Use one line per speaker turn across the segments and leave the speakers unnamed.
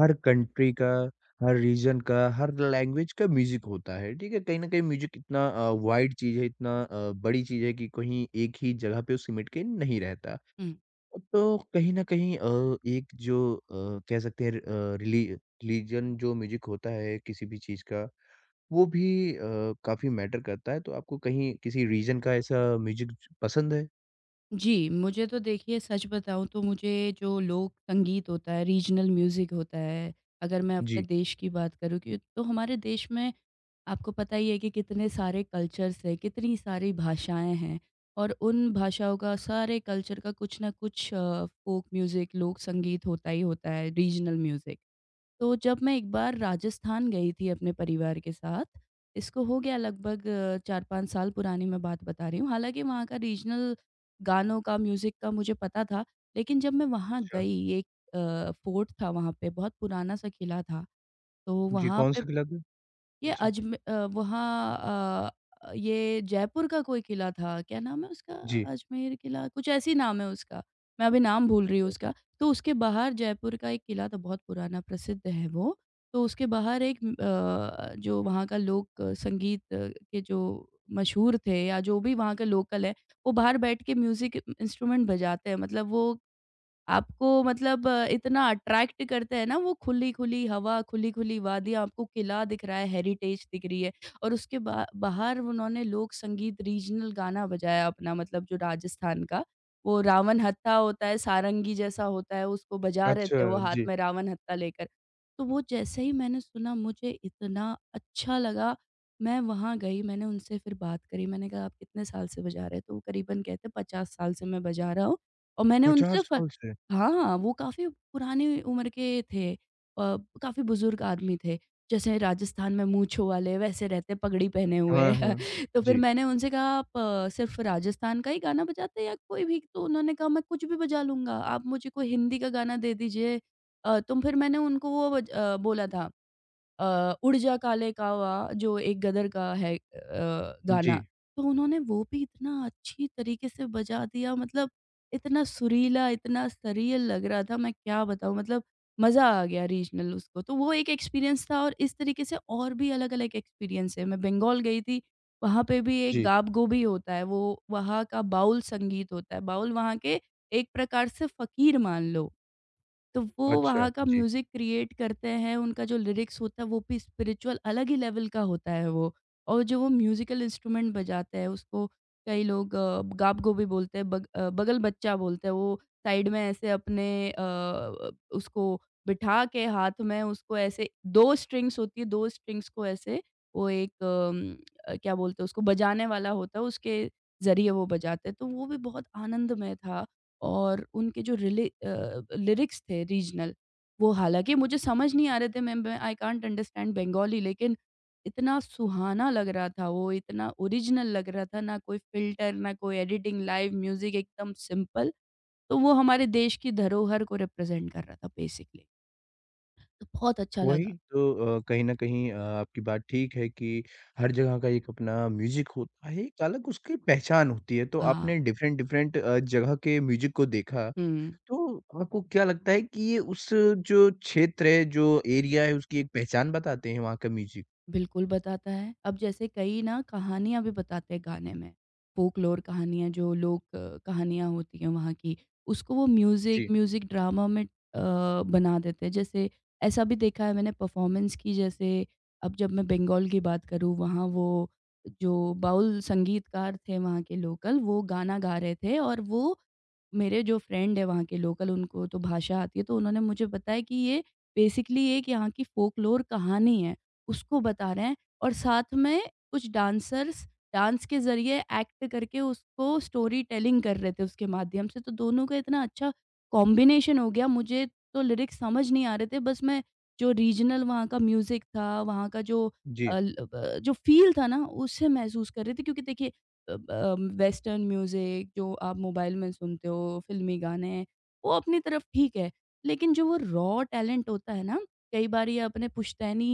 हर country का, हर reason का, हर language का म्यूज़िक होता है, ठीक है? कहीं न कहीं म्यूज़िक इतना वाइड चीज़ है, इतना बड़ी चीज़ है कि कहीं एक ही जगह पे वो सिमट के नहीं रहता।
हुँ।
तो कहीं न कहीं एक जो कह सकते हैं रिलीजन जो म्यूज़िक होता है किसी भी चीज़ का, वो भी अ, काफ़ी मैटर करता है। तो आपको कहीं किसी रीजन का ऐसा म्यूज़िक पसंद है?
जी, मुझे तो देखिए सच बताऊँ तो मुझे जो लोक संगीत होता है, रीजनल म्यूज़िक होता है, अगर मैं अपने
जी।
देश की बात करूँ कि तो हमारे देश में आपको पता ही है कि कितने सारे कल्चर्स हैं, कितनी सारी भाषाएँ हैं और उन भाषाओं का, सारे कल्चर का कुछ ना कुछ फ़ोक म्यूज़िक, लोक संगीत होता ही होता है, रीजनल म्यूज़िक। तो जब मैं एक बार राजस्थान गई थी अपने परिवार के साथ, इसको हो गया लगभग 4-5 साल पुरानी मैं बात बता रही हूँ। हालाँकि वहाँ का रीजनल गानों का, म्यूज़िक का मुझे पता था, लेकिन जब मैं वहाँ
अच्छा।
गई, फोर्ट था वहाँ पे, बहुत पुराना-सा किला था। तो
जी,
वहाँ पे
कौन-सा खिलाते हैं?
ये
अच्छा।
अजमे अ, वहाँ अ, ये जयपुर का कोई किला था, क्या नाम है उसका?
जी।
अजमेर किला, कुछ ऐसे ही नाम है उसका, मैं अभी नाम भूल रही हूँ उसका। तो उसके बाहर जयपुर का एक किला था, बहुत पुराना, प्रसिद्ध है वो। तो उसके बाहर जो वहाँ का लोक संगीत के जो मशहूर थे या जो भी वहाँ का लोकल है, वो बाहर बैठ के म्यूज़िक इंस्ट्रूमेंट बजाते हैं। मतलब वो आपको इतना अट्रैक्ट करते हैं ना वो खुली-खुली हवा, खुली-खुली वादियाँ, आपको किला दिख रहा है, हेरिटेज दिख रही है और उसके बा बाहर उन्होंने लोक संगीत रीजनल गाना बजाया अपना मतलब जो राजस्थान का, वो रावण हत्था होता है, सारंगी जैसा होता है, उसको बजा रहे
अच्छा,
थे वो हाथ
जी।
में रावण हत्था लेकर। तो वो जैसे ही मैंने सुना मुझे इतना अच्छा लगा, मैं वहाँ गई, मैंने उनसे फिर बात करी, मैंने कहा आप कितने साल से बजा रहे हो? तो वो करीबन कहते 50 साल से मैं बजा रहा हूँ और मैंने
50
उनसे फ
साल से?
हाँ, वो काफ़ी पुरानी उम्र के थे अ, काफ़ी बुज़ुर्ग आदमी थे। जैसे राजस्थान में मूँछों वाले वैसे रहते पगड़ी पहने हुए।
हाँ, हाँ।
तो फिर
जी,
मैंने उनसे कहा आप सिर्फ़ राजस्थान का ही गाना बजाते हैं या कोई भी? तो उन्होंने कहा मैं कुछ भी बजा लूँगा, आप मुझे कोई हिंदी का गाना दे दीजिए। तो फिर मैंने उनको बोला था उड़ जा काले कावा जो एक गदर का है
जी,
गाना, तो उन्होंने वो भी इतना अच्छी तरीके से बजा दिया मतलब इतना सुरीला, इतना सरील लग रहा था मैं क्या बताऊँ मतलब मज़ा आ गया रीजनल उसको, तो वो एक एक्सपीरियंस था और इस तरीके से और भी अलग-अलग एक्सपीरियंस है। मैं बंगाल गई थी, वहाँ पे भी एक
जी।
गाप-गोभी होता है, वो वहाँ का बाउल संगीत होता है, बाउल वहाँ के एक प्रकार से फ़कीर मान लो। तो वो
अच्छा,
वहाँ का
जी।
म्यूज़िक क्रिएट करते हैं, उनका जो लिरिक्स होता है वो भी स्पिरिचुअल अलग ही लेवल का होता है वो। और जो वो म्यूज़िकल इंस्ट्रूमेंट बजाते हैं उसको कई लोग गाब-गो भी बोलते हैं, बगल बच्चा बोलते हैं। वो साइड में उसको बिठा के हाथ में उसको ऐसे 2 स्ट्रिंग्स होती है, 2 स्ट्रिंग्स को ऐसे वो क्या बोलते हैं उसको बजाने वाला होता है, उसके ज़रिए वो बजाते हैं। तो वो भी बहुत आनंदमय था। और उनके जो लिरिक्स थे रीजनल, वो हालाँकि मुझे समझ नहीं आ रहे थे, मैं आई कांट अंडरस्टैंड बंगाली लेकिन इतना सुहाना लग रहा था वो, इतना ओरिजिनल लग रहा था, ना कोई फ़िल्टर, ना कोई एडिटिंग, लाइव म्यूज़िक एकदम सिंपल। तो वो हमारे देश की धरोहर को रिप्रेज़ेंट कर रहा था बेसिकली, तो बहुत अच्छा
वही
लगा।
तो कहीं न कहीं आपकी बात ठीक है कि हर जगह का एक अपना म्यूज़िक होता है, एक अलग उसकी पहचान होती है। तो
हाँ।
आपने डिफ़रेंट डिफ़रेंट जगह के म्यूज़िक को देखा,
हुँ।
तो आपको क्या लगता है कि ये उस जो क्षेत्र है, जो एरिया है, उसकी एक पहचान बताते हैं वहाँ का म्यूज़िक?
बिल्कुल बताता है। अब जैसे कई ना कहानियाँ भी बताते हैं गाने में, फ़ोकलोर कहानियाँ जो लोक कहानियाँ होती हैं वहाँ की, उसको वो
जी,
म्यूज़िक म्यूज़िक ड्रामा में बना देते हैं। जैसे ऐसा भी देखा है मैंने परफ़ॉर्मेंस की जैसे अब जब मैं बंगाल की बात करूँ, वहाँ वो जो बाउल संगीतकार थे वहाँ के लोकल, वो गाना गा रहे थे और वो मेरे जो फ्रेंड है वहाँ के लोकल, उनको तो भाषा आती है, तो उन्होंने मुझे बताया कि ये बेसिकली एक यहाँ की फ़ोकलोर कहानी है। उसको बता रहे हैं और साथ में कुछ डांसर्स डांस के ज़रिए एक्ट करके उसको स्टोरी टेलिंग कर रहे थे उसके माध्यम से। तो दोनों का इतना अच्छा कॉम्बिनेशन हो गया, मुझे तो लिरिक्स समझ नहीं आ रहे थे। बस मैं जो रीजनल वहाँ का म्यूज़िक था, वहाँ का जो
जी।
अ, ल ब जो फ़ील था ना, उसे महसूस कर रही थी क्योंकि देखिए अ, अ, वेस्टर्न म्यूज़िक जो आप मोबाइल में सुनते हो, फ़िल्मी गाने, वो अपनी तरफ ठीक है। लेकिन जो वो रॉ टैलेंट होता है ना, कई बार ये अपने पुश्तैनी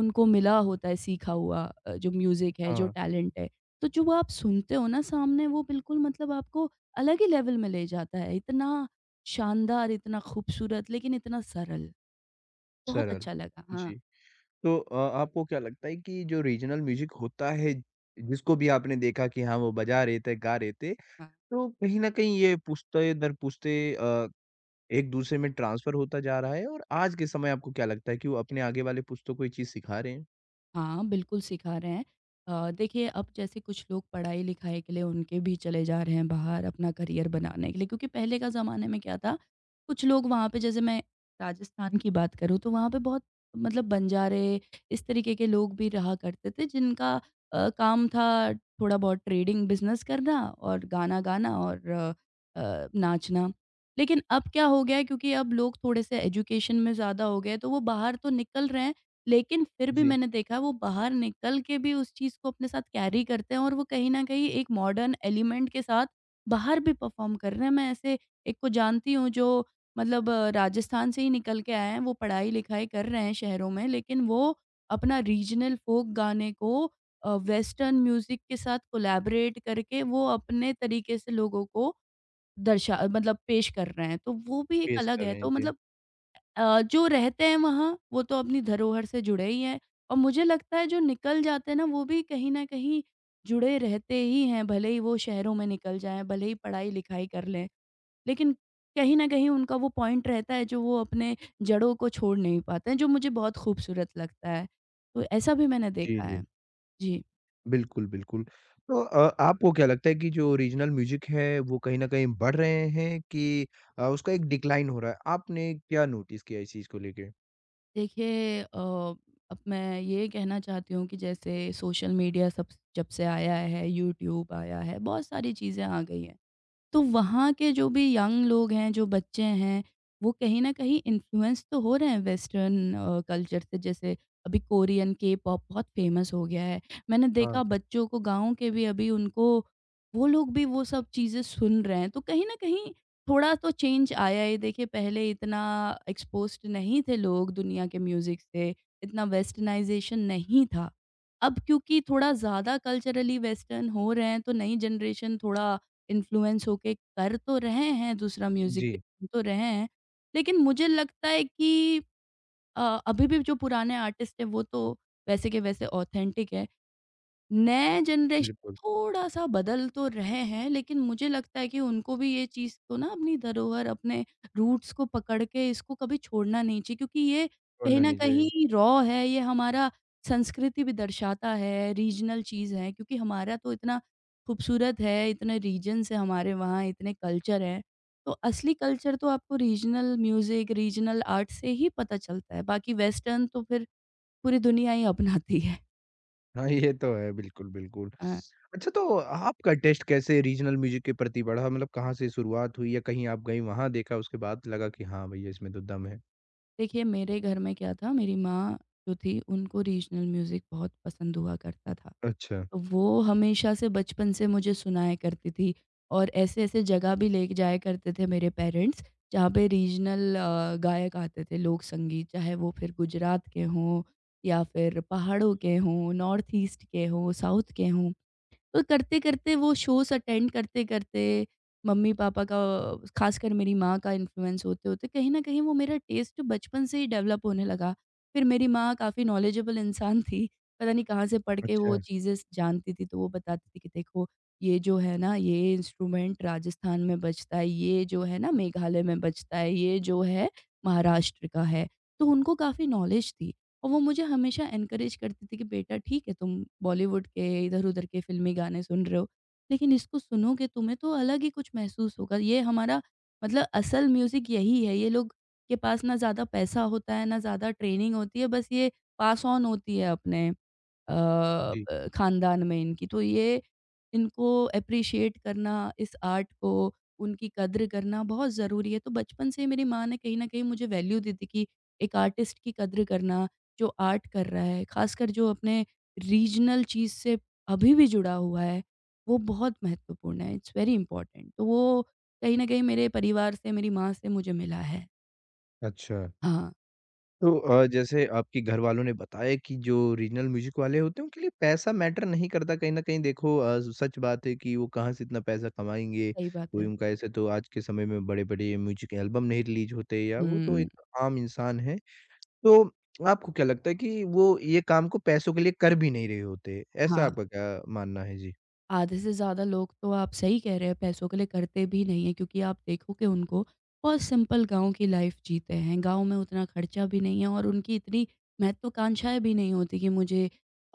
उनको मिला होता है सीखा हुआ जो म्यूज़िक है, जो
हाँ,
टैलेंट है। तो जो वो आप सुनते हो ना सामने वो बिल्कुल मतलब आपको अलग ही लेवल में ले जाता है। इतना शानदार, इतना खूबसूरत लेकिन इतना सरल। बहुत
सरल।
अच्छा लगा। हाँ,
जी। तो आपको क्या लगता है कि जो रीजनल म्यूज़िक होता है, जिसको भी आपने देखा कि हाँ, वो बजा रहे थे, गा रहे थे,
हाँ।
तो कहीं न कहीं ये पुश्ते दर पुश्ते एक-दूसरे में ट्रांसफ़र होता जा रहा है और आज के समय आपको क्या लगता है कि वो अपने आगे वाले पुश्तों को ये चीज़ सिखा रहे हैं?
हाँ, बिल्कुल सिखा रहे हैं। देखिए अब जैसे कुछ लोग पढ़ाई-लिखाई के लिए उनके भी चले जा रहे हैं बाहर अपना करियर बनाने के लिए क्योंकि पहले का ज़माने में क्या था, कुछ लोग वहाँ पे जैसे मैं राजस्थान की बात करूँ तो वहाँ पे बहुत मतलब बंजारे, इस तरीके के लोग भी रहा करते थे जिनका काम था थोड़ा बहुत ट्रेडिंग बिज़नेस करना और गाना गाना और नाचना। लेकिन अब क्या हो गया है क्योंकि अब लोग थोड़े-से एजुकेशन में ज़्यादा हो गए, तो वो बाहर तो निकल रहे हैं लेकिन फिर भी
जी,
मैंने देखा वो बाहर निकल के भी उस चीज़ को अपने साथ कैरी करते हैं और वो कहीं न कहीं एक मॉडर्न एलिमेंट के साथ बाहर भी परफ़ॉर्म कर रहे हैं। मैं ऐसे एक को जानती हूँ जो राजस्थान से ही निकल के आए हैं, वो पढ़ाई-लिखाई कर रहे हैं शहरों में लेकिन वो अपना रीजनल फ़ोक गाने को वेस्टर्न म्यूज़िक के साथ कोलैबोरेट करके वो अपने तरीके से लोगों को दर्शा मतलब पेश कर रहे हैं। तो वो भी एक
पेश
अलग
कर
है।
रहे हैं।
तो
जी,
मतलब जो रहते हैं वहाँ, वो तो अपनी धरोहर से जुड़े ही हैं और मुझे लगता है जो निकल जाते हैं ना, वो भी कहीं न कहीं जुड़े रहते ही हैं, भले ही वो शहरों में निकल जाएँ, भले ही पढ़ाई-लिखाई कर लें। लेकिन कहीं न कहीं उनका वो पॉइंट रहता है जो वो अपने जड़ों को छोड़ नहीं पाते हैं, जो मुझे बहुत खूबसूरत लगता है। तो ऐसा भी मैंने
जी,
देखा है।
जी।
जी।
बिल्कुल, बिल्कुल। तो आपको क्या लगता है कि जो रीजनल म्यूज़िक है वो कहीं न कहीं बढ़ रहे हैं कि उसका एक डिक्लाइन हो रहा है? आपने क्या नोटिस किया इस चीज़ को लेके?
देखिए अ, अब मैं ये कहना चाहती हूँ कि जैसे सोशल मीडिया सब जब से आया है, यूट्यूब आया है, बहुत सारी चीज़ें आ गई हैं। तो वहाँ के जो भी यंग लोग हैं, जो बच्चे हैं, वो कहीं न कहीं इन्फ्लुएंस तो हो रहे हैं वेस्टर्न कल्चर से। जैसे अभी कोरियन के-पॉप बहुत फेमस हो गया है। मैंने
हाँ,
देखा बच्चों को गाँव के भी अभी उनको वो लोग भी वो सब चीज़ें सुन रहे हैं। तो कहीं न कहीं थोड़ा तो चेंज आया है। देखिए पहले इतना एक्सपोज़्ड नहीं थे लोग दुनिया के म्यूज़िक से, इतना वेस्टर्नाइज़ेशन नहीं था। अब क्योंकि थोड़ा ज़्यादा कल्चरली वेस्टर्न हो रहे हैं, तो नई जनरेशन थोड़ा इन्फ्लुएंस होके कर तो रहे हैं, दूसरा म्यूज़िक भी
जी,
सुन तो रहे हैं, लेकिन मुझे लगता है कि अ, अभी भी जो पुराने आर्टिस्ट हैं वो तो वैसे के वैसे ऑथेंटिक हैं। नए जनरेशन
बिल्कुल।
थोड़ा-सा बदल तो रहे हैं, लेकिन मुझे लगता है कि उनको भी ये चीज़ को ना अपनी धरोहर, अपने रूट्स को पकड़ के इसको कभी छोड़ना नहीं चाहिए क्योंकि ये कहीं
छोड़ना
न
नहीं चाहिए।
कहीं रॉ है, ये हमारा संस्कृति भी दर्शाता है, रीजनल चीज़ है क्योंकि हमारा तो इतना खूबसूरत है, इतने रीजन्स हैं हमारे वहाँ, इतने कल्चर हैं। तो असली कल्चर तो आपको रीजनल म्यूज़िक, रीजनल आर्ट से ही पता चलता है, बाकी वेस्टर्न तो फिर पूरी दुनिया ही अपनाती है।
हाँ, ये तो है। बिल्कुल, बिल्कुल।
अ
अच्छा, तो आपका टेस्ट कैसे रीजनल म्यूज़िक के प्रति बढ़ा? मतलब कहाँ से शुरुआत हुई या कहीं आप गई वहाँ देखा उसके बाद लगा कि हाँ, भई इसमें तो दम है?
देखिए मेरे घर में क्या था मेरी माँ जो थी उनको रीजनल म्यूज़िक बहुत पसंद हुआ करता था।
अच्छा,
तो वो हमेशा से बचपन से मुझे सुनाया करती थी और ऐसे-ऐसे जगह भी ले के जाया करते थे मेरे पेरेंट्स जहाँ पे रीजनल गायक आते थे लोक संगीत चाहे वो फिर गुजरात के हों या फिर पहाड़ों के हों, नॉर्थ ईस्ट के हों, साउथ के हों। तो करते-करते वो शोज़ अटेंड करते-करते मम्मी-पापा का ख़ासकर मेरी माँ का इन्फ्लुएंस होते-होते कहीं न कहीं वो मेरा टेस्ट बचपन से ही डेवलप होने लगा। फिर मेरी माँ काफ़ी नॉलेजेबल इंसान थी, पता नहीं कहाँ से पढ़ के वो
अच्छा।
चीज़ें स जानती थी, तो वो बताती थी कि देखो ये जो है ना, ये इंस्ट्रूमेंट राजस्थान में बजता है, ये जो है ना मेघालय में बजता है, ये जो है महाराष्ट्र का है। तो उनको काफ़ी नॉलेज थी। और वो मुझे हमेशा एनकरेज करती थी कि बेटा ठीक है तुम बॉलीवुड के इधर-उधर के फ़िल्मी गाने सुन रहे हो, लेकिन इसको सुनोगे तुम्हें तो अलग ही कुछ महसूस होगा। ये हमारा मतलब असल म्यूज़िक यही है। ये लोग के पास ना ज़्यादा पैसा होता है, ना ज़्यादा ट्रेनिंग होती है, बस ये पास ऑन होती है अपने अ,
जी।
ब खानदान में इनकी। तो ये इनको एप्रिशिएट करना, इस आर्ट को, उनकी कद्र करना बहुत ज़रूरी है। तो बचपन से ही मेरी माँ ने कहीं न कहीं मुझे वैल्यू दी थी कि एक आर्टिस्ट की कद्र करना, जो आर्ट कर रहा है, खासकर जो अपने रीजनल चीज़ से अभी भी जुड़ा हुआ है, वो बहुत महत्वपूर्ण है। It's very important. तो वो कहीं न कहीं मेरे परिवार से, मेरी माँ से मुझे मिला है।
अच्छा।
हाँ,
तो जैसे आपके घरवालों ने बताया कि जो रीजनल म्यूज़िक वाले होते हैं उनके लिए पैसा मैटर नहीं करता, कहीं न कहीं देखो सच बात है कि वो कहाँ से इतना पैसा कमाएँगे।
सही बात
कोई
है।
उनका ऐसे तो आज के समय में बड़े-बड़े म्यूज़िक एल्बम नहीं रिलीज़ होते, या वो तो
हुँ,
एक आम इंसान है। तो आपको क्या लगता है कि वो ये काम को पैसों के लिए कर भी नहीं रहे होते, ऐसा
हाँ।
आपका क्या मानना है? जी,
आधे से ज़्यादा लोग तो आप सही कह रहे हैं पैसों के लिए करते भी नहीं हैं, क्योंकि आप देखोगे उनको बहुत सिंपल गाँव की लाइफ जीते हैं। गाँव में उतना खर्चा भी नहीं है और उनकी इतनी महत्वाकांक्षाएँ भी नहीं होती कि मुझे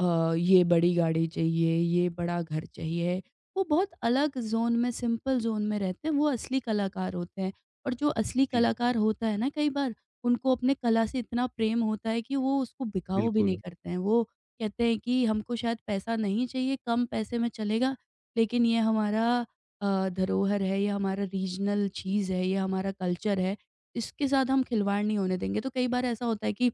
ये बड़ी गाड़ी चाहिए, ये बड़ा घर चाहिए। वो बहुत अलग ज़ोन में, सिंपल ज़ोन में रहते हैं, वो असली कलाकार होते हैं। और जो असली
जी,
कलाकार होता है ना, कई बार उनको अपने कला से इतना प्रेम होता है कि वो उसको बिकाऊ भी नहीं
बिल्कुल।
करते हैं। वो कहते हैं कि हमको शायद पैसा नहीं चाहिए, कम पैसे में चलेगा, लेकिन ये हमारा धरोहर है, ये हमारा रीजनल चीज़ है, ये हमारा कल्चर है, इसके साथ हम खिलवाड़ नहीं होने देंगे। तो कई बार ऐसा होता है कि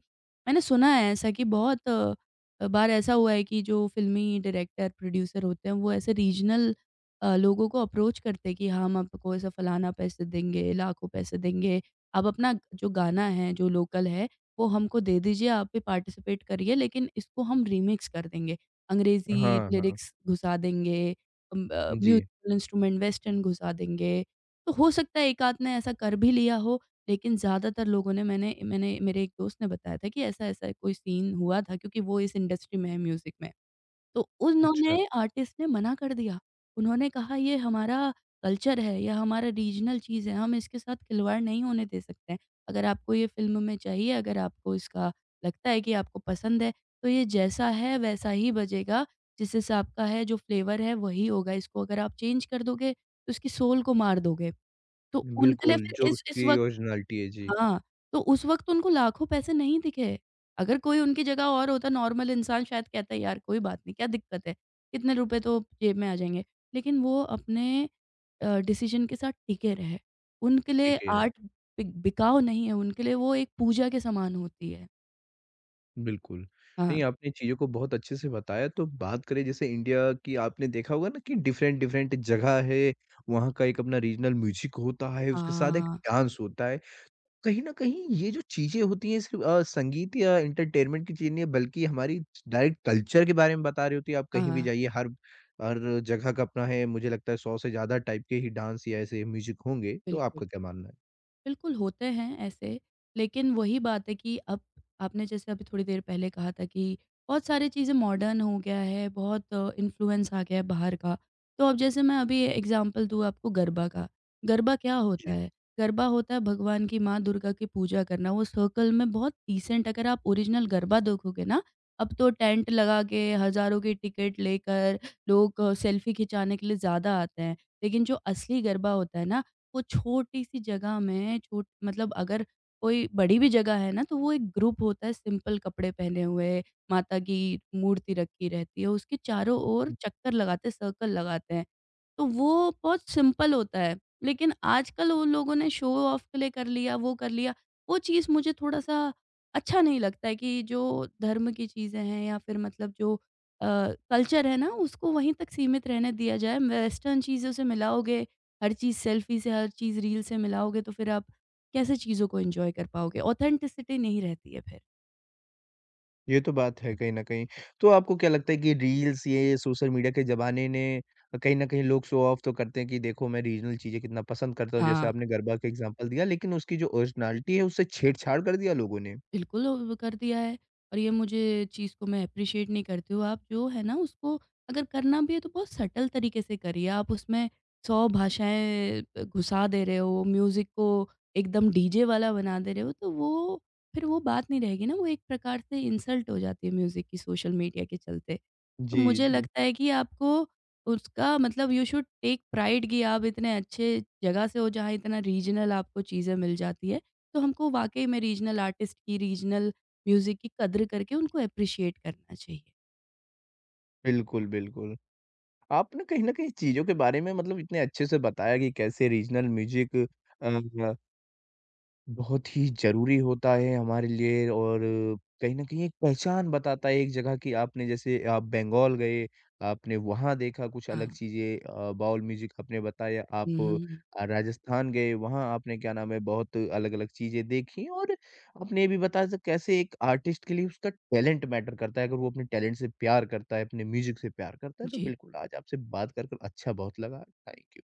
मैंने सुना है ऐसा कि बहुत बार ऐसा हुआ है कि जो फ़िल्मी डायरेक्टर, प्रोड्यूसर होते हैं, वो ऐसे रीजनल लोगों को अप्रोच करते हैं कि हम आपको ऐसा फलाना पैसे देंगे, लाखों पैसे देंगे। आप अपना जो गाना है, जो लोकल है वो हमको दे दीजिए, आप भी पार्टिसिपेट करिए, लेकिन इसको हम रीमिक्स कर देंगे। अंग्रेज़ी
हाँ, हाँ।
लिरिक्स घुसा देंगे,
जी।
म्यूज़िकल इंस्ट्रूमेंट वेस्टर्न घुसा देंगे। तो हो सकता है एक आध ने ऐसा कर भी लिया हो, लेकिन ज़्यादातर लोगों ने मैंने मैंने मेरे एक दोस्त ने बताया था कि ऐसा-ऐसा कोई सीन हुआ था, क्योंकि वो इस इंडस्ट्री में है, म्यूज़िक में। तो
अच्छा।
उन्होंने आर्टिस्ट ने मना कर दिया। उन्होंने कहा ये हमारा कल्चर है या हमारा रीजनल चीज़ है, हम इसके साथ खिलवाड़ नहीं होने दे सकते हैं। अगर आपको ये फ़िल्म में चाहिए, अगर आपको इसका लगता है कि आपको पसंद है, तो ये जैसा है वैसा ही बजेगा, जिस हिसाब का है, जो फ्लेवर है वही होगा। इसको अगर आप चेंज कर दोगे, तो इसकी सोल को मार दोगे। तो उनके लिए
बिल्कुल, जो
फिर इस
उसकी
वक़्त,
ओरिजिनलिटी है, जी,
हाँ, तो उस वक़्त उनको लाखों पैसे नहीं दिखे। अगर कोई उनकी जगह और होता, नॉर्मल इंसान, शायद कहता यार कोई बात नहीं, क्या दिक्कत है? इतने रुपए तो जेब में आ जाएँगे। लेकिन वो अपने डिसीज़न के साथ टिके रहे। उनके
ठीक
लिए
कह रहे हैं।
आर्ट बि बिकाऊ नहीं है, उनके लिए वो एक पूजा के समान होती है।
बिल्कुल। नहीं,
हाँ।
आपने चीज़ों को बहुत अच्छे से बताया। तो बात करें जैसे इंडिया की, आपने देखा होगा ना कि डिफरेंट-डिफरेंट जगह है, वहाँ का एक अपना रीजनल म्यूज़िक होता है, उसके साथ एक
हाँ,
डांस होता है। कहीं न कहीं ये जो चीज़ें होती हैं सिर्फ़ संगीत या एंटरटेनमेंट की चीज़ नहीं है, बल्कि हमारी डायरेक्ट कल्चर के बारे में बता रही होती है। आप कहीं भी
हाँ,
जाइए, हर हर जगह का अपना है, मुझे लगता है 100 से ज़्यादा टाइप के ही डांस या ऐसे म्यूज़िक होंगे। तो
बिल्कुल।
आपका क्या मानना है?
बिल्कुल, होते हैं ऐसे, लेकिन वही बात है कि अब आपने जैसे अभी थोड़ी देर पहले कहा था कि बहुत सारी चीज़ें मॉडर्न हो गया है, बहुत इन्फ्लुएंस आ गया है बाहर का। तो अब जैसे मैं अभी एग्ज़ाम्पल दूँ आपको गरबा का, गरबा क्या होता
जी।
है? गरबा होता है भगवान की माँ दुर्गा की पूजा करना, वो सर्कल में बहुत डिसेंट, अगर आप ओरिजिनल गरबा देखोगे ना, अब तो टेंट लगा के हज़ारों की टिकट लेकर लोग सेल्फ़ी खिंचाने के लिए ज़्यादा आते हैं। लेकिन जो असली गरबा होता है ना, वो छोटी-सी जगह में, छोट मतलब अगर कोई बड़ी भी जगह है ना, तो वो एक ग्रुप होता है सिंपल कपड़े पहने हुए, माता की मूर्ति रखी रहती है, उसके चारों ओर
हुँ,
चक्कर लगाते हैं, सर्कल लगाते हैं। तो वो बहुत सिंपल होता है। लेकिन आजकल उन लोगों ने शो ऑफ के लिए कर लिया। वो चीज़ मुझे थोड़ा-सा अच्छा नहीं लगता है कि जो धर्म की चीज़ें हैं या फिर मतलब जो अ, कल्चर है ना, उसको वहीं तक सीमित रहने दिया जाए। वेस्टर्न चीज़ों से मिलाओगे, हर चीज़ सेल्फ़ी से, हर चीज़ रील से मिलाओगे तो फिर आप कैसे चीज़ों को एन्जॉय कर पाओगे? ऑथेंटिसिटी नहीं रहती है फिर।
ये तो बात है कहीं न कहीं। तो आपको क्या लगता है कि रील्स, ये सोशल मीडिया के ज़माने ने कहीं न कहीं, लोग शो ऑफ तो करते हैं कि देखो मैं रीजनल चीज़ें कितना पसंद करता हूँ, जैसे
हाँ।
आपने गरबा का एग्ज़ाम्पल दिया, लेकिन उसकी जो ओरिजिनलिटी है उससे छेड़छाड़ कर दिया लोगों ने।
बिल्कुल, वो कर दिया है और ये मुझे चीज़ को मैं अप्रिशिएट नहीं करती हूँ। आप जो है ना उसको अगर करना भी है तो बहुत सटल तरीके से करिए। आप उसमें 100 भाषाएँ घुसा दे रहे हो, म्यूज़िक को एकदम डीजे वाला बना दे रहे हो, तो वो, फिर वो बात नहीं रहेगी ना, वो एक प्रकार से इंसल्ट हो जाती है म्यूज़िक की सोशल मीडिया के चलते। तो
जी,
मुझे
जी।
लगता है कि आपको उसका मतलब यू शुड टेक प्राइड कि आप इतने अच्छे जगह से हो जहाँ इतना रीजनल आपको चीज़ें मिल जाती है। तो हमको वाक़ई में रीजनल आर्टिस्ट की, रीजनल म्यूज़िक की कद्र करके उनको एप्रिशिएट करना चाहिए।
बिल्कुल, बिल्कुल। आपने कहीं न कहीं चीज़ों के बारे में, मतलब, इतने अच्छे से बताया कि कैसे रीजनल म्यूज़िक अ, बहुत ही ज़रूरी होता है हमारे लिए और कहीं न कहीं एक पहचान बताता है एक जगह की। आपने जैसे, आप बंगाल गए, आपने वहाँ देखा कुछ अलग
हाँ।
चीज़ें, बाउल म्यूज़िक आपने बताया,
हुँ,
आप
हुँ।
राजस्थान गए, वहाँ आपने, क्या नाम है, बहुत अलग-अलग चीज़ें देखी और आपने ये भी बताया था कैसे एक आर्टिस्ट के लिए उसका टैलेंट मैटर करता है, अगर वो अपने टैलेंट से प्यार करता है, अपने म्यूज़िक से प्यार करता है, तो
जी।
बिल्कुल। आज आपसे बात कर अच्छा बहुत लगा। Thank you.